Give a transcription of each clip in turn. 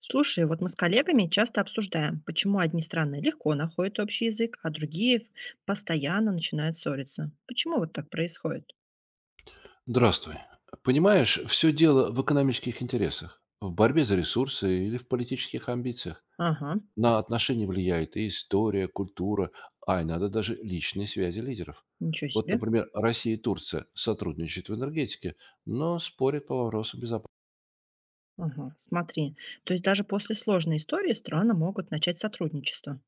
Слушай, вот мы с коллегами часто обсуждаем, почему одни страны легко находят общий язык, а другие постоянно начинают ссориться. Почему вот так происходит? Здравствуй. Понимаешь, все дело в экономических интересах, в борьбе за ресурсы или в политических амбициях. Ага, На отношения влияет и история, культура, а иногда даже личные связи лидеров. ничего Вот, себе. например, Россия и Турция сотрудничают в энергетике, но спорят по вопросу безопасности. Ага, смотри. То есть даже после сложной истории страны могут начать сотрудничество.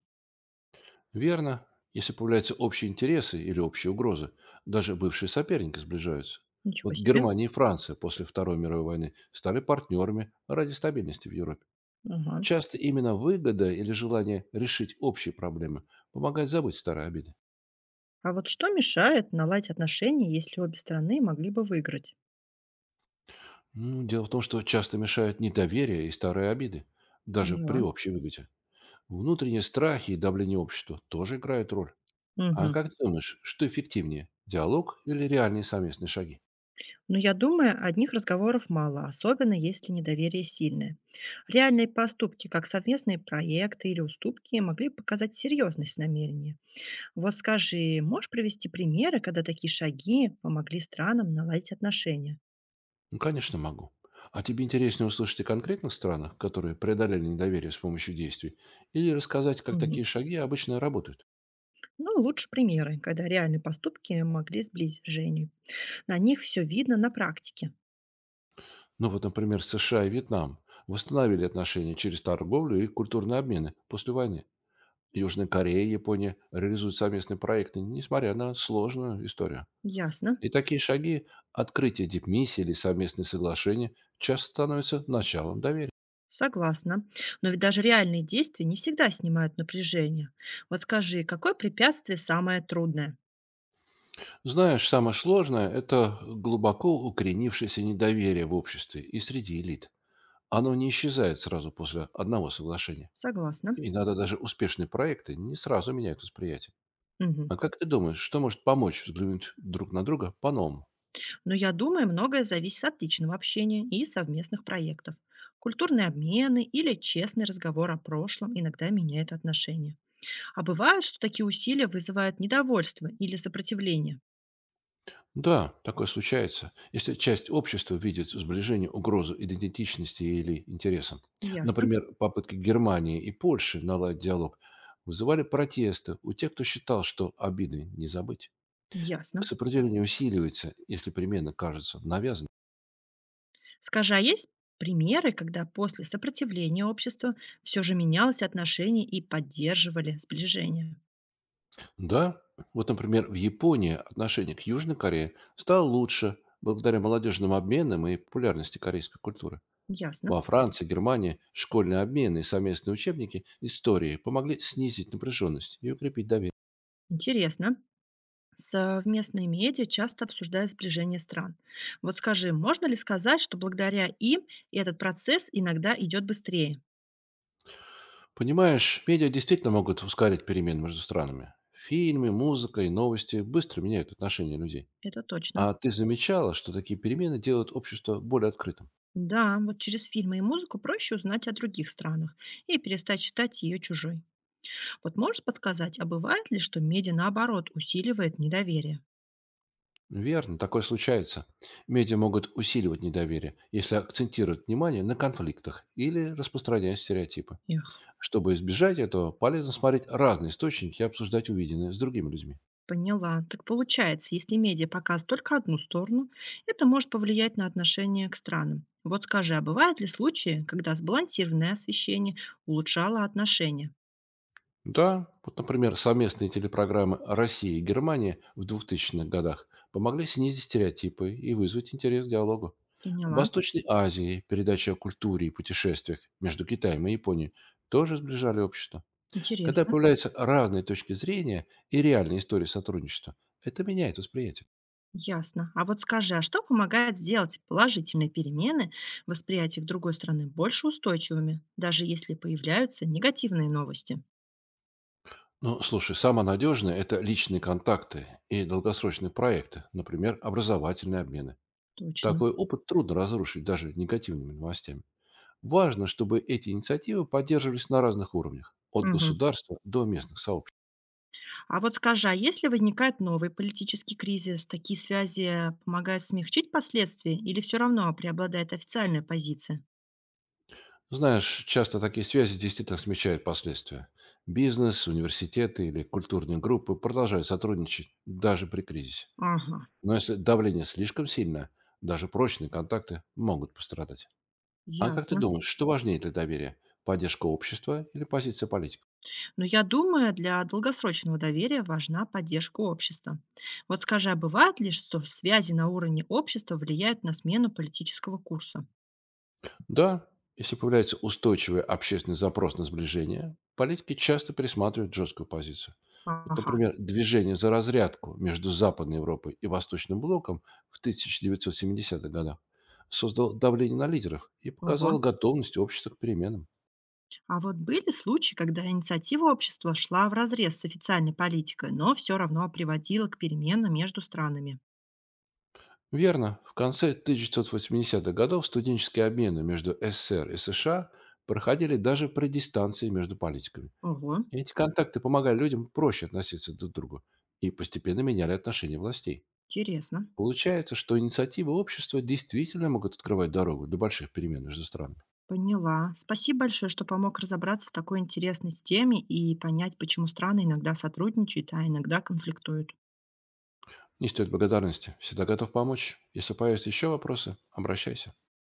Верно, если появляются общие интересы или общие угрозы, даже бывшие соперники сближаются. Ничего Вот себе. Германия и Франция после Второй мировой войны стали партнерами ради стабильности в Европе. Ага. Часто именно выгода или желание решить общие проблемы помогает забыть старые обиды. А вот что мешает наладить отношения, если обе страны могли бы выиграть? Ну, дело в том, что часто мешают недоверие и старые обиды, даже Поняла. при общей выгоде. Внутренние страхи и давление общества тоже играют роль. А Мгм. как ты думаешь, что эффективнее, диалог или реальные совместные шаги? Но я думаю, одних разговоров мало, особенно если недоверие сильное. Реальные поступки, как совместные проекты или уступки, могли показать серьезность намерения. Вот скажи, можешь привести примеры, когда такие шаги помогли странам наладить отношения? Ну, конечно, могу. А тебе интереснее услышать о конкретных странах, которые преодолели недоверие с помощью действий, или рассказать, как Мгм. такие шаги обычно работают? Ну, лучше примеры, когда реальные поступки могли сблизить Женю. На них все видно на практике. Ну вот, например, США и Вьетнам восстановили отношения через торговлю и культурные обмены после войны. Южная Корея и Япония реализуют совместные проекты, несмотря на сложную историю. Ясно. И такие шаги, открытие дипмиссии или совместные соглашения, часто становятся началом доверия. Согласна. Но ведь даже реальные действия не всегда снимают напряжение. Вот скажи, какое препятствие самое трудное? Знаешь, самое сложное — это глубоко укоренившееся недоверие в обществе и среди элит. Оно не исчезает сразу после одного соглашения. Согласна. Иногда даже успешные проекты не сразу меняют восприятие. Мгм. А как ты думаешь, что может помочь взглянуть друг на друга по-новому? Но я думаю, многое зависит от личного общения и совместных проектов. Культурные обмены или честный разговор о прошлом иногда меняют отношения. А бывает, что такие усилия вызывают недовольство или сопротивление. Да, такое случается, если часть общества видит сближение угрозу идентичности или интересам. Ясно, Например, попытки Германии и Польши наладить диалог вызывали протесты у тех, кто считал, что обиды не забыть. ясно. Сопротивление усиливается, если примена кажется навязанной. Скажи, а есть примеры, когда после сопротивления общества все же менялось отношение и поддерживали сближение? Да, вот, например, в Японии отношение к Южной Корее стало лучше благодаря молодежным обменам и популярности корейской культуры. Ясно. Во Франции, Германии школьные обмены и совместные учебники истории помогли снизить напряженность и укрепить доверие. Интересно. Совместные медиа часто обсуждают сближение стран. Вот скажи, можно ли сказать, что благодаря им этот процесс иногда идет быстрее? Понимаешь, медиа действительно могут ускорить перемены между странами. Фильмы, музыка и новости быстро меняют отношения людей. Это точно. А ты замечала, что такие перемены делают общество более открытым? Да, вот через фильмы и музыку проще узнать о других странах и перестать считать ее чужой. Вот можешь подсказать, а бывает ли, что медиа наоборот усиливает недоверие? Верно, такое случается. Медиа могут усиливать недоверие, если акцентируют внимание на конфликтах или распространяют стереотипы. Эх. Чтобы избежать этого, полезно смотреть разные источники и обсуждать увиденное с другими людьми. Поняла. Так получается, если медиа показывает только одну сторону, это может повлиять на отношение к странам. Вот скажи, а бывают ли случаи, когда сбалансированное освещение улучшало отношения? Да, вот, например, совместные телепрограммы России и Германии в двухтысячных годах помогли снизить стереотипы и вызвать интерес к диалогу. В Поняла. Восточной Азии передача о культуре и путешествиях между Китаем и Японией тоже сближали общество. Когда Интересно. появляются разные точки зрения и реальные истории сотрудничества, это меняет восприятие. Ясно. А вот скажи, а что помогает сделать положительные перемены в восприятии к другой страны больше устойчивыми, даже если появляются негативные новости? Ну, слушай, самое надежное — это личные контакты и долгосрочные проекты, например, образовательные обмены. Точно. Такой опыт трудно разрушить даже негативными новостями. Важно, чтобы эти инициативы поддерживались на разных уровнях, от Мгм. государства до местных сообществ. А вот скажи, а если возникает новый политический кризис, такие связи помогают смягчить последствия или все равно преобладает официальная позиция? Знаешь, часто такие связи действительно смягчают последствия. Бизнес, университеты или культурные группы продолжают сотрудничать даже при кризисе. Ага, Но если давление слишком сильное, даже прочные контакты могут пострадать. А как ты ясно. думаешь, что важнее для доверия? Поддержка общества или позиция политика? Но я думаю, для долгосрочного доверия важна поддержка общества. Вот скажи, а бывает ли, что связи на уровне общества влияют на смену политического курса? Да, если появляется устойчивый общественный запрос на сближение, политики часто пересматривают жесткую позицию. Вот, Ага. например, движение за разрядку между Западной Европой и Восточным блоком в 1970-х годах создало давление на лидеров и Ого. показало готовность общества к переменам. А вот были случаи, когда инициатива общества шла вразрез с официальной политикой, но все равно приводила к переменам между странами? Верно, в конце 1980-х годов студенческие обмены между СССР и США проходили даже при дистанции между политиками. Ого. И эти контакты помогали людям проще относиться друг к другу и постепенно меняли отношение властей. Интересно. Получается, что инициативы общества действительно могут открывать дорогу до больших перемен между странами. Поняла. Спасибо большое, что помог разобраться в такой интересной теме и понять, почему страны иногда сотрудничают, а иногда конфликтуют. Не стоит благодарности. Всегда готов помочь. Если появятся еще вопросы, обращайся.